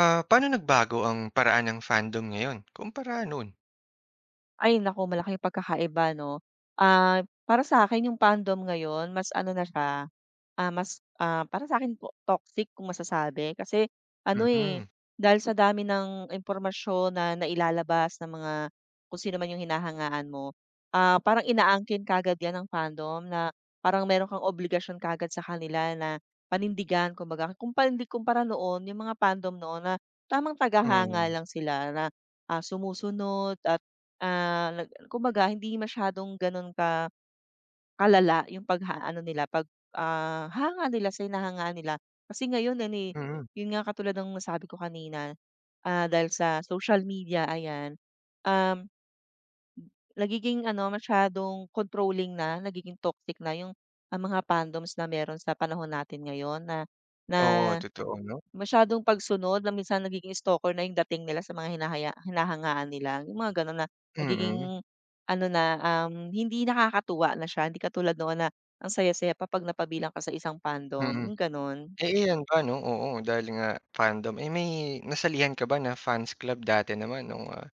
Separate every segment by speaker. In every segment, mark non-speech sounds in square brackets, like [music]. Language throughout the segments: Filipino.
Speaker 1: Ah, paano nagbago ang paraan ng fandom ngayon kumpara noon?
Speaker 2: Ay naku, malaking pagkakaiba 'no. Para sa akin yung fandom ngayon mas ano na siya. Mas para sa'kin po toxic kung masasabi kasi ano, eh,
Speaker 1: Mm,
Speaker 2: dahil sa dami ng impormasyon na nailalabas ng mga kung sino man yung hinahangaan mo, parang inaangkin kaagad 'yan ng fandom na parang meron kang obligasyon kaagad sa kanila na panindigan kumbaga. Kung panindig kumpara noon yung mga fandom noon na tamang tagahanga
Speaker 1: mm,
Speaker 2: lang sila na, sumusunod at, nag kumbaga hindi masyadong gano'n ka Kalala yung pagha nila pag, hanga nila sa hinahangaan nila. Kasi ngayon ano, eh,
Speaker 1: mm.
Speaker 2: yun nga katulad ng nasabi ko kanina, dahil sa social media ayan. um, Nagiging ano masyadong controlling na, nagiging toxic na yung ang mga fandoms na meron sa panahon natin ngayon na na
Speaker 1: Oo, totoo 'no?
Speaker 2: masyadong pagsunod na minsan nagiging stalker na yung dating nila sa mga hinahangaan nila, yung mga gano'n na
Speaker 1: Mm,
Speaker 2: nagiging ano na, hindi nakakatuwa na siya, hindi katulad noon na ang saya-saya pa 'pag napabilang ka sa isang fandom,
Speaker 1: mm.
Speaker 2: yung gano'n.
Speaker 1: Eh, iyan ba 'no, oo, dahil nga fandom, eh, may nasalihan ka ba na fans club dati naman nung, ah,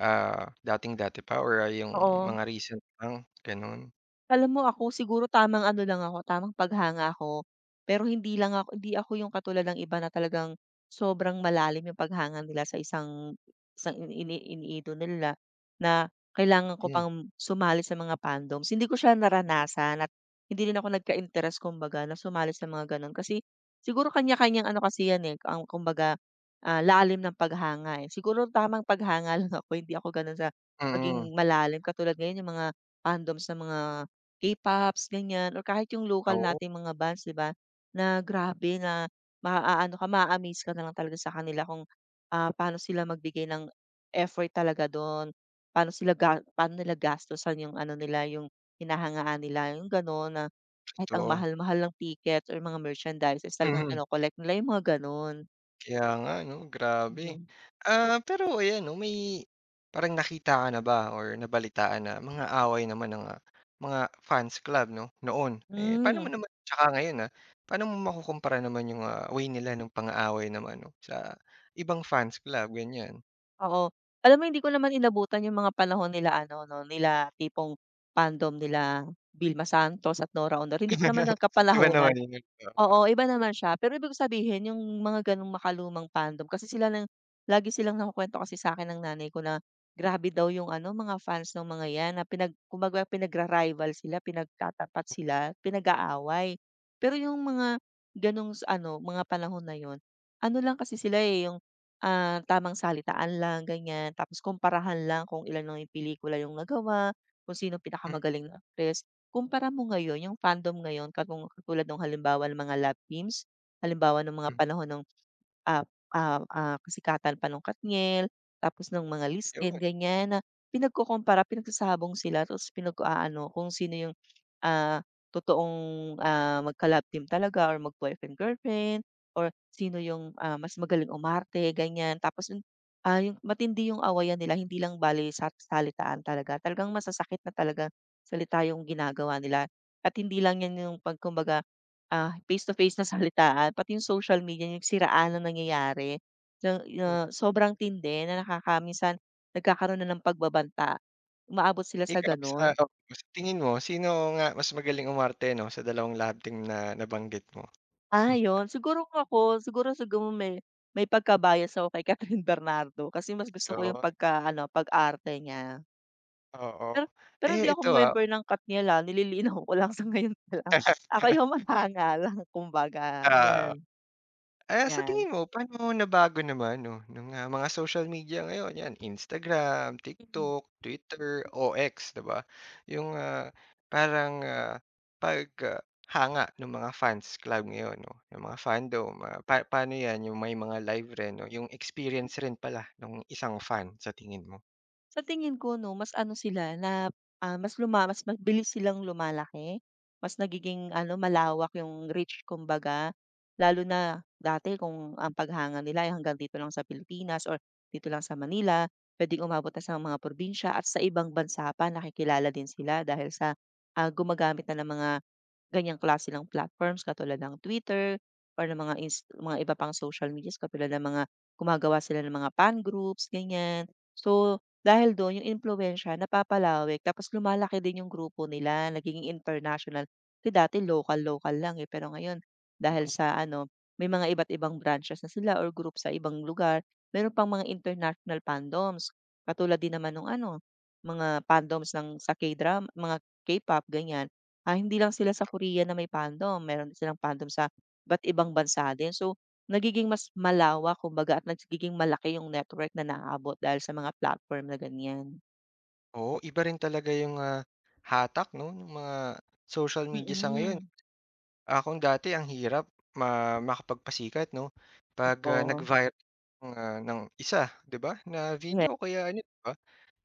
Speaker 1: ah, dating-dati pa or yung
Speaker 2: Oo.
Speaker 1: mga recent lang, gano'n?
Speaker 2: Alam mo ako siguro tamang ano lang ako, tamang paghanga ako. Pero hindi ako yung katulad ng iba na talagang sobrang malalim yung paghanga nila sa isang isang ini ini- iniidol nila na kailangan ko
Speaker 1: Hmm,
Speaker 2: pang sumali sa mga fandoms. Hindi ko siya naranasan at hindi rin ako nagka-interest kumbaga na sumali sa mga gano'n. Kasi siguro kanya-kanyang ano kasi yan, eh, ang kumbaga, lalim ng paghanga, eh. Siguro tamang paghanga [laughs] lang ako, hindi ako gano'n sa
Speaker 1: mm.
Speaker 2: maging malalim. Katulad ngayon yung mga fandoms ng mga K-pops ganyan or kahit yung lokal
Speaker 1: Oo,
Speaker 2: nating mga bands 'di ba, na grabe na maaano ka maa-amaze ka na lang talaga sa kanila kung, paano sila magbigay ng effort talaga don, paano sila ga paano nila gastusan yung ano nila yung hinahangaan nila yung gano'n na kahit ang
Speaker 1: totoo.
Speaker 2: mahal-mahal ng tickets or mga merchandises talagang
Speaker 1: Mhm.
Speaker 2: kino-collect nila yung mga gano'n.
Speaker 1: Kaya nga 'no, grabe.
Speaker 2: Mm.
Speaker 1: Ah, pero ayan 'no, may parang nakita ka na ba or nabalitaan na mga away naman ng, mga fans club 'no, noon. Eh, paano mo
Speaker 2: Hmm.
Speaker 1: naman tsaka ngayon, paano mo makukumpara naman yung, way nila ng pang-aaway naman 'no, sa ibang fans club, ganyan?
Speaker 2: Oo. Alam mo hindi ko naman inabutan yung mga panahon nila ano 'no, nila tipong fandom nila Vilma Santos at Nora Honor, hindi ko naman
Speaker 1: [laughs] Iba naman
Speaker 2: nagkapalahunan.
Speaker 1: yun,
Speaker 2: Oo,
Speaker 1: tama.
Speaker 2: iba naman siya. Pero ibig ko sabihin yung mga gano'ng makalumang fandom kasi sila ng lagi silang nakukuwento kasi sa akin ng nanay ko na grabe daw yung ano, mga fans ng mga 'yan na pinag kumbaga pinagra-rival sila, pinagtatapat sila, pinag-aaway. Pero yung mga gano'ng s ano, mga panahon na yon ano lang kasi sila, eh, yung tamang salitaan lang ganyan, tapos kumparahan lang kung ilan lang yung pelikula yung nagawa, kung sino
Speaker 1: Mm,
Speaker 2: pinakamagaling na actress. Kumpara mo ngayon yung fandom ngayon katulad ng halimbawa ng mga love teams, halimbawa nung mga
Speaker 1: mm.
Speaker 2: panahon ng ah, kasikatan pa ng Katniel, tapos ng mga Lisken
Speaker 1: Yun.
Speaker 2: ganyan na pinagkukumpara, pinagsasahabong sila tapos pinag-aano kung sino yung, ah, totoong, magka-love team talaga or mag-boyfriend-girlfriend or sino yung, mas magaling umarte ganyan. Tapos yung, yung matindi yung awayan nila hindi lang bale sa salitaan talaga, talagang masasakit na talaga salita yung ginagawa nila at hindi lang yan yung pagkumbaga face to face na [laughs] salitaan pati yung social media yung siraan na nangyayari na na
Speaker 1: Hmm,
Speaker 2: sobrang tindi na nakaka minsan nagkakaroon na ng pagbabanta. Umaabot sila sa
Speaker 1: ikaw sa
Speaker 2: gano'n.
Speaker 1: o sa tingin mo, sino nga mas magaling umarte 'no, sa dalawang love team na nabanggit mo?
Speaker 2: Yun siguro kung ako siguro siguro may pagka-bias ako kay Catherine [laughs] Bernardo kasi mas gusto ko yung
Speaker 1: Yun,
Speaker 2: pagka-ano pag-arte niya.
Speaker 1: oo.
Speaker 2: Pero pero hindi
Speaker 1: Eh,
Speaker 2: ako
Speaker 1: ito.
Speaker 2: member ng Katniel, nililinaw ko lang [laughs] sa ngayon pa lang.
Speaker 1: Oo.
Speaker 2: Ako yung manganga lang kumbaga, yan,
Speaker 1: Ah, sa
Speaker 2: yan.
Speaker 1: tingin mo paano nabago naman 'no nung, mga social media ngayon, 'yan Instagram, TikTok, Twitter, OX 'di ba? Yung, parang, paghanga ng mga fans club ngayon 'no, yung mga fandom, paano 'yan yung may mga live rin 'no, yung experience rin pala nung isang fan sa tingin mo?
Speaker 2: Sa tingin ko 'no, mas ano sila na, mas luma mas mabilis silang lumalaki, mas nagiging ano, malawak yung reach kumbaga. Lalo na dati kung ang paghanga nila ay hanggang dito lang sa Pilipinas or dito lang sa Manila, puwedeng umabot na sa mga probinsya at sa ibang bansa pa nakikilala din sila dahil sa, gumagamit na ng mga ganyang klase ng platforms katulad ng Twitter or ng mga iba pang social medias katulad ng mga gumagawa sila ng mga fan groups, ganyan. So dahil dun yung impluwensya napapalawak tapos lumalaki din yung grupo nila, nagiging international. Kasi dati lokal-lokal lang, eh, pero ngayon dahil sa ano, may mga iba't ibang branches na sila or group sa ibang lugar, meron pang mga international fandoms. Katulad din naman nung ano, mga fandoms ng sa K-drama, mga K-pop ganyan. Hindi lang sila sa Korea na may fandom, meron din silang fandom sa iba't ibang bansa din. So, nagiging mas malawak kumbaga at nagiging malaki yung network na naaabot dahil sa mga platform na ganyan.
Speaker 1: Oo, iba rin talaga yung, hatak 'no nung mga social media sa ngayon.
Speaker 2: Mm.
Speaker 1: Akong dati ang hirap makapagpasikat 'no, 'pag,
Speaker 2: Oo,
Speaker 1: nag-viral ng isa 'di ba, na
Speaker 2: korek.
Speaker 1: video o kaya ano 'di ba,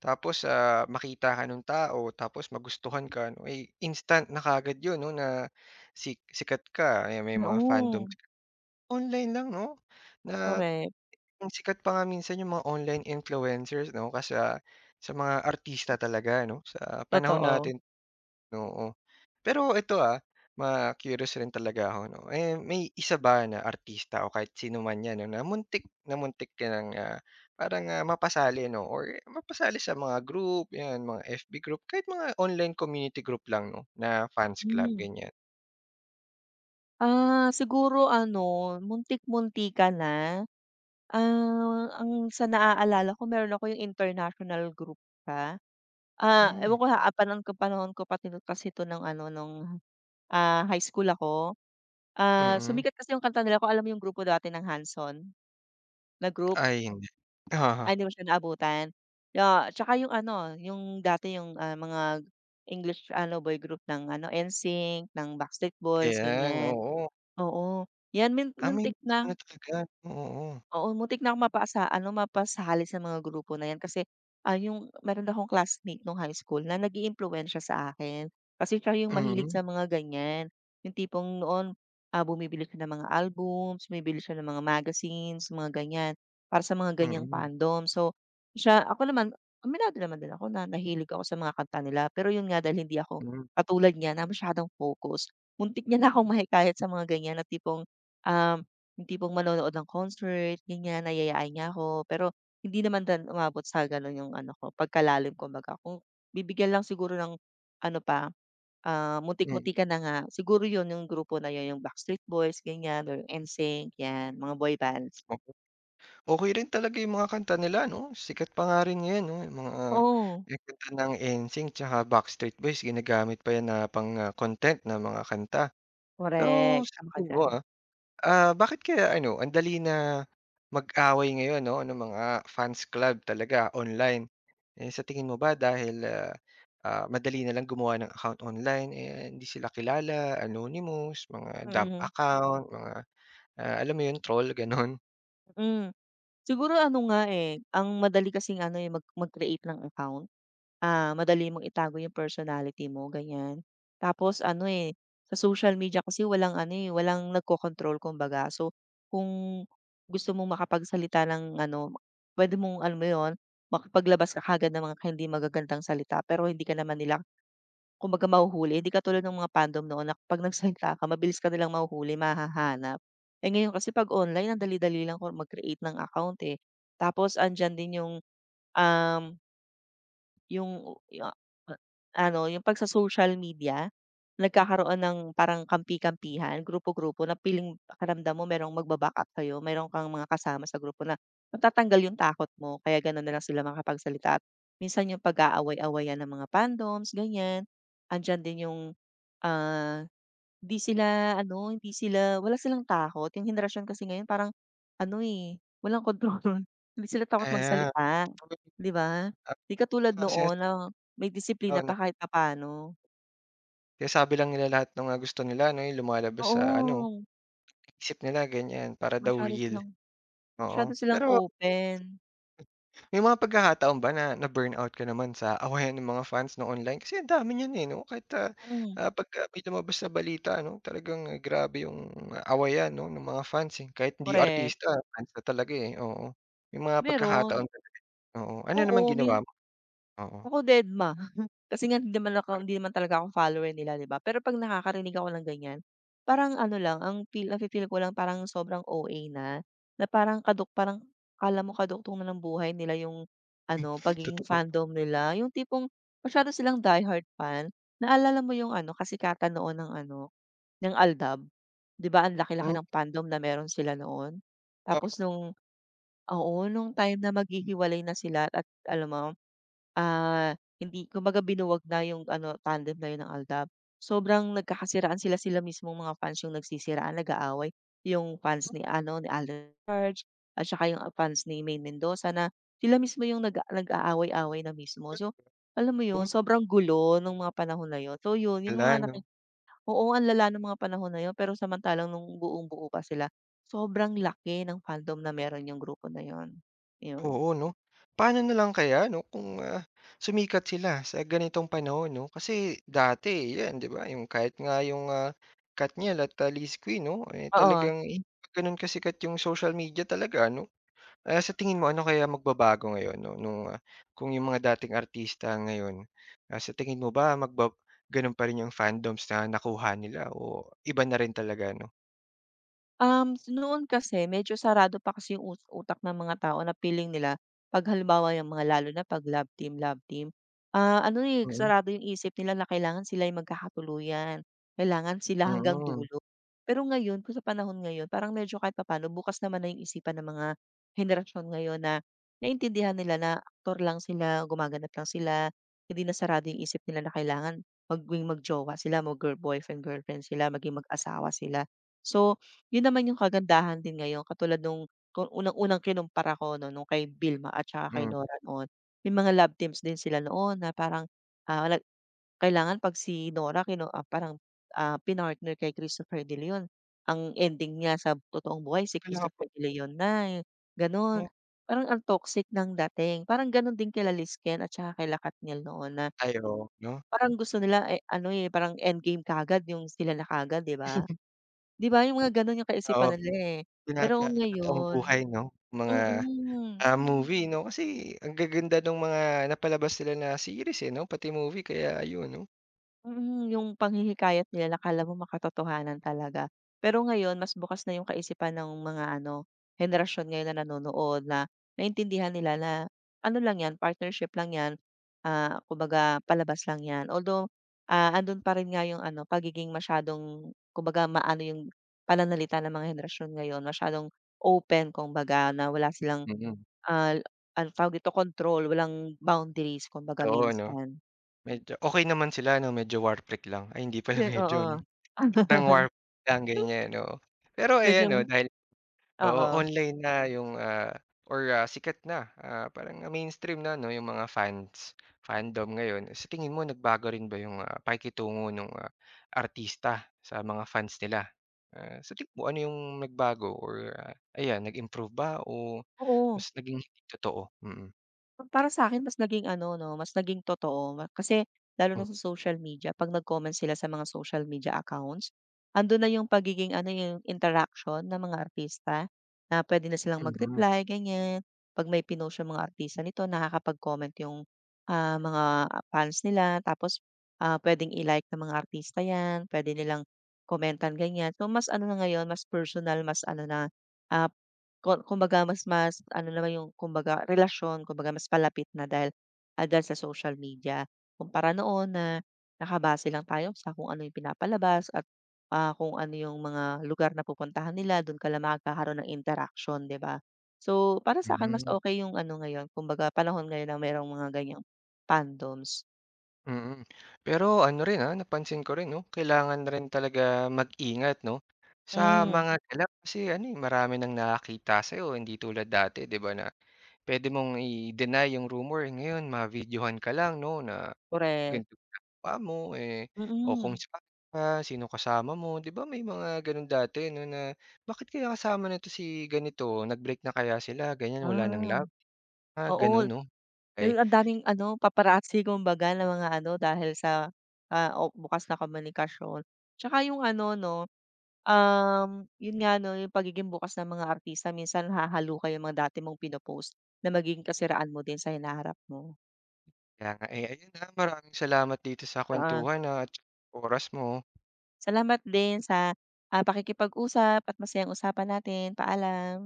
Speaker 1: tapos, makita ka nung tao tapos magustuhan ka 'no, eh, instant na kaagad yun 'no, na sikat ka, eh, may mga
Speaker 2: Oo.
Speaker 1: fandoms online lang 'no, na
Speaker 2: Korek,
Speaker 1: ang sikat pa nga minsan yung mga online influencers 'no, kasi, sa mga artista talaga 'no, sa panahon
Speaker 2: totoo.
Speaker 1: natin. Oo. Pero ito, ma-curious rin talaga ako 'no, eh, may isa ba na artista o kahit sino man 'yan 'no, na muntik ka ng, parang, mapasali 'no or mapasali sa mga group 'yan, mga FB group, kahit mga online community group lang 'no, na fans club,
Speaker 2: Hmm.
Speaker 1: ganyan?
Speaker 2: Siguro ano, muntik-muntikan na, ang sa naaalala ko meron ako yung international group ka.
Speaker 1: Hmm,
Speaker 2: Ewan ko ha, ah, panon panahon ko pa din kasi 'to ng ano nung, high school ako.
Speaker 1: mm.
Speaker 2: Sumikat kasi yung kanta nila kung alam mo yung grupo dati ng Hanson na group?
Speaker 1: Ay, hindi. Oo,
Speaker 2: Ay, hindi mo siya naabutan? Ya tsaka yung ano, yung dati yung, mga English ano, boy group ng ano, NSYNC, ng Backstreet Boys,
Speaker 1: ayan,
Speaker 2: ganyan.
Speaker 1: oo.
Speaker 2: Oo, yan
Speaker 1: Ah, may
Speaker 2: muntik
Speaker 1: mga
Speaker 2: na
Speaker 1: ano talaga, oo.
Speaker 2: Oo, muntik na akong mapasa ano, mapasali sa mga grupo na 'yan kasi, yung meron akong classmate nung high school na nag-iimpluwensiya sa akin. Kasi siya yung mahilig
Speaker 1: Mm,
Speaker 2: sa mga ganyan, yung tipong noon, bumibili siya ng mga albums, bumibili siya ng mga magazines, mga ganyan, para sa mga ganyang
Speaker 1: mm,
Speaker 2: fandom. So, siya ako naman, aminado naman din ako na nahilig ako sa mga kanta nila, pero yun nga dahil hindi ako
Speaker 1: hmm,
Speaker 2: katulad niya na masyadong focus, muntik niya na akong [laughs] mahikayat sa mga ganyan na tipong, um yung tipong manonood ng concert, ganyan, yayayain niya ako. Pero hindi naman din umabot sa gano'n yung ano ko, pagkalalim kumbaga. Kung bibigyan lang siguro ng ano pa,
Speaker 1: hmm.
Speaker 2: muntik-muntikan na nga, siguro 'yun yung grupo na 'yun, yung Backstreet Boys, ganyan, or NSYNC, 'yan, mga boy bands.
Speaker 1: Okey rin talaga yung mga kanta nila 'no, sikat pa nga rin ngayon 'no,
Speaker 2: Oo.
Speaker 1: yung kanta ng NSYNC tsaka Backstreet Boys ginagamit pa yan na pang, content ng mga kanta. Pero
Speaker 2: Correct,
Speaker 1: sa
Speaker 2: tama ka
Speaker 1: tingin mo,
Speaker 2: diyan.
Speaker 1: bakit kaya ano ang dali na mag-away ngayon 'no, ng mga fans club talaga online? Eh, sa tingin mo ba dahil, madali na lang gumawa ng account online, eh, hindi sila kilala, anonymous, mga dump
Speaker 2: Mm,
Speaker 1: account, mga, alam mo yun troll gano'n?
Speaker 2: mm. Siguro ano nga, eh, ang madali kasing ano, eh, mag-create ng account. Madali mong itago yung personality mo, ganyan. Tapos ano, eh, sa social media kasi walang ano, eh, walang nagkokontrol kumbaga. So, kung gusto mong makapagsalita ng ano, pwede mong alam mo 'yun, makapaglabas ka kaagad ng mga hindi magagandang salita pero hindi ka naman nila kumbaga mahuhuli. Hindi katulad ng mga fandom noon na pag nagsalita ka mabilis ka nilang mahuhuli, mahahanap. Eh, ngayon kasi 'pag online ang dali-dali lang ko mag-create ng account, eh. Tapos andiyan din yung, um yung ya a ano, yung 'pag sa social media, nagkakaroon ng parang kampi-kampihan, grupo-grupo na piling pakiramdam mo merong magba-backup sa'yo, meron kang mga kasama sa grupo na matatanggal yung takot mo kaya gano'n na lang sila makakapagsalita at minsan yung pag-aaway-awayan ng mga fandoms, ganiyan. Andiyan din yung, ah hindi sila ano, hindi sila wala silang takot. Yung henerasyon kasi ngayon parang ano, eh, walang kontrol. [laughs] Hindi sila takot
Speaker 1: Ah,
Speaker 2: magsalita,
Speaker 1: [unintelligible]
Speaker 2: 'di ba? 'Di katulad
Speaker 1: sina.
Speaker 2: noon na may disiplina
Speaker 1: Oo, 'no.
Speaker 2: pa kahit papaano.
Speaker 1: Sinasabi lang nila lahat ng mga gusto nila 'no, yung lumalabas sa ano,
Speaker 2: Oo,
Speaker 1: isip nila ganyan, para daw
Speaker 2: masyado
Speaker 1: real,
Speaker 2: silang
Speaker 1: oo.
Speaker 2: masyado silang
Speaker 1: Pero
Speaker 2: open.
Speaker 1: may mga pagkakataon ba na na-burnout ka naman sa awayan ng mga fans 'no, online? Kasi ang dami niyan, eh, 'no, kahit,
Speaker 2: Mm,
Speaker 1: pagka may lumabas na balita ano, talagang grabe yung awayan 'no, ng mga fans, eh. Kahit hindi
Speaker 2: korek.
Speaker 1: artista, fans na talaga, eh, oo. May mga
Speaker 2: Meron,
Speaker 1: pagkakataon ba? Oo. Ano naman
Speaker 2: oo, may
Speaker 1: ginawa mo? Oo.
Speaker 2: Ako dedma. [laughs] Kasi nga hindi
Speaker 1: [laughs]
Speaker 2: naman talaga ako follower nila, 'di ba? Pero 'pag nakakarinig ako ng ganyan, parang ano lang, ang feel ko lang parang sobrang OA na, na parang parang akala mo kadugtong na ng buhay nila yung ano, pagiging
Speaker 1: Totoo 'yun.
Speaker 2: fandom nila. Yung tipong masyado silang diehard fan. Naalala mo yung ano, kasikatan noon ng ano, ng Aldab? 'Di ba ang laki-laki
Speaker 1: Hmm,
Speaker 2: ng fandom na meron sila noon?
Speaker 1: tama,
Speaker 2: Tapos nung Oo, nung time na maghihiwalay na sila at alam mo, hindi kumbaga binuwag na yung ano, tandem na yun ng Aldab. Sobrang nagkakasiraan sila, sila mismong mga fans yung nagsisiraan, nag-aaway. Yung fans ni ano, ni Alden Charge at saka yung fans ni Maine Mendoza na sila mismo yung nag-aaway-away na mismo. So, alam mo yun,
Speaker 1: 'no.
Speaker 2: sobrang gulo nung mga panahon na yun. So yun, yung
Speaker 1: Wala
Speaker 2: mga naki
Speaker 1: 'no.
Speaker 2: Oo, ang lala nung mga panahon na yun, pero samantalang nung buong-buo pa sila, sobrang laki ng fandom na meron yung grupo na yun, yun.
Speaker 1: Oo 'no. Paano na lang kaya 'no kung, sumikat sila sa ganitong panahon 'no? Kasi dati 'yan 'di ba, yung kahit nga yung, Katniel at, Liz Queen 'no, eh,
Speaker 2: Oo.
Speaker 1: talagang hindi pa gano'n kasikat yung social media talaga ano. Ah, sa tingin mo ano kaya magbabago ngayon 'no nung, kung yung mga dating artista ngayon, sa tingin mo ba gano'n pa rin yung fandoms na nakuha nila o iba na rin talaga 'no?
Speaker 2: Noon kasi medyo sarado pa kasi yung utak ng mga tao na piling nila 'pag halimbawa yung mga lalo na 'pag love team, ano, eh,
Speaker 1: Mm,
Speaker 2: sarado yung isip nila na kailangan sila yung magkakatuluyan, kailangan sila hanggang
Speaker 1: mm,
Speaker 2: dulo. Pero ngayon kung sa panahon ngayon parang medyo kahit papaano bukas naman na yung isipan ng mga henerasyon ngayon na naintindihan nila na aktor lang sila, gumaganap lang sila, hindi na sarado yung isip nila na kailangan magjowa sila, mag-girl boyfriend, girlfriend sila, maging mag-asawa sila. So yun naman yung kagandahan din ngayon katulad nung kung unang-unang kinumpara ko 'no, nung kay Vilma at saka kay
Speaker 1: hmm.
Speaker 2: Nora noon, may mga love teams din sila noon na parang, nag kailangan 'pag si Nora parang, pinartner kay Christopher De Leon, ang ending niya sa totoong buhay si
Speaker 1: Kailangan po
Speaker 2: Christopher De Leon na, eh, gano'n.
Speaker 1: 'no,
Speaker 2: Parang ang toxic ng dating, parang gano'n din kila Lizken at saka kila Katniel noon na
Speaker 1: ay 'no,
Speaker 2: parang gusto nila, eh, ano, eh, parang endgame kagad yung sila na kagad 'di ba? 'Di ba yung mga gano'n yung
Speaker 1: oo.
Speaker 2: kaisipan nila, eh. Pero
Speaker 1: Pinapatotoong
Speaker 2: ngayon
Speaker 1: buhay 'no, mga,
Speaker 2: mm,
Speaker 1: movie 'no, kasi ang gaganda nung mga napalabas nila na series, eh, 'no, pati movie kaya ayun 'no.
Speaker 2: mm, yung panghihikayat nila na akala mo makatotohanan talaga. Pero ngayon mas bukas na yung kaisipan ng mga ano, henerasyon ngayon na nanonood na naintindihan nila na ano lang 'yan, partnership lang 'yan, kumbaga palabas lang 'yan. Although, andun pa rin nga yung ano, pagiging masyadong kumbaga maano yung pananalita ng mga henerasyon ngayon, masyadong open kumbaga na wala silang
Speaker 1: Mm.
Speaker 2: Ah, ano tawag dito, control, walang boundaries kumbaga
Speaker 1: Oo 'no,
Speaker 2: minsan.
Speaker 1: medyo okey naman sila 'no, medyo war freak lang. Ay hindi pala
Speaker 2: Yun,
Speaker 1: [laughs] medyo 'no,
Speaker 2: oo.
Speaker 1: ng war
Speaker 2: [laughs]
Speaker 1: freak lang ganyan, oo. Pero
Speaker 2: Medyo
Speaker 1: ayan 'no, dahil. Oo,
Speaker 2: oo,
Speaker 1: online na yung, or, sikat na, parang, mainstream na 'no, yung mga fans fandom ngayon. Sa tingin mo nagbago rin ba yung, pakikitungo nung, artista sa mga fans nila? Ah, sa tingin mo ano yung nagbago or, ayan nag-improve ba o
Speaker 2: oo.
Speaker 1: mas naging hindi totoo? Mm.
Speaker 2: Para sa'kin mas naging ano 'no, mas naging totoo ma kasi lalo
Speaker 1: Hmm,
Speaker 2: na sa social media 'pag nag-comment sila sa mga social media accounts, andun na yung pagiging ano, yung interaction ng mga artista, na puwede na silang
Speaker 1: mhm,
Speaker 2: mag-reply ganyan. 'Pag may pinost yung mga artista nito nakakapag-comment yung, mga fans nila tapos, puwedeng i-like ng mga artista 'yan, puwede nilang komentan ganyan. So mas ano na ngayon, mas personal mas ano na, ah kumbaga mas mas ano naman yung kumbaga relasyon, kumbaga mas palapit na dahil, dahil sa social media. Kumpara noon na nakabase lang tayo sa kung ano yung pinapalabas at, kung ano yung mga lugar na pupuntahan nila dun ka lang makakaroon ng interaction 'di ba? So, para sa sa'kin mas
Speaker 1: hmm.
Speaker 2: okay yung ano ngayon kumbaga panahon ngayon na mayroong mga ganiyang fandoms.
Speaker 1: Mm. Pero ano rin, napansin ko rin 'no, kailangan rin talaga mag-ingat 'no, sa
Speaker 2: Hmm,
Speaker 1: mga galaw kasi ano, eh, marami ng nakakita sa'yo hindi tulad dati 'di ba, na puwede mong i-deny yung rumor. Ngayon ma-videohan ka lang 'no, na
Speaker 2: correct
Speaker 1: ganito ginagawa mo, eh, o kung
Speaker 2: Mm.
Speaker 1: saan ka, sino kasama mo. 'Di ba may mga gano'n dati 'no, na bakit kaya kasama nito si ganito, nag-break na kaya sila, ganyan, wala ng
Speaker 2: Ah,
Speaker 1: love, mga gano'n
Speaker 2: Oo.
Speaker 1: 'no.
Speaker 2: Pero
Speaker 1: Kaya
Speaker 2: ang daming ano, paparazzi kumbaga ng mga ano dahil sa, o bukas na komunikasyon. Tsaka yung ano 'no, yun nga 'no, yung pagiging bukas ng mga artista minsan hahaluka yung mga dati mong pino-post na magiging kasiraan mo din sa hinaharap mo.
Speaker 1: Kaya nga, eh, ayun, maraming salamat dito sa
Speaker 2: Oo,
Speaker 1: kuwentuhan at oras mo.
Speaker 2: salamat din sa, pakikipag-usap at masayang usapan natin. Paalam.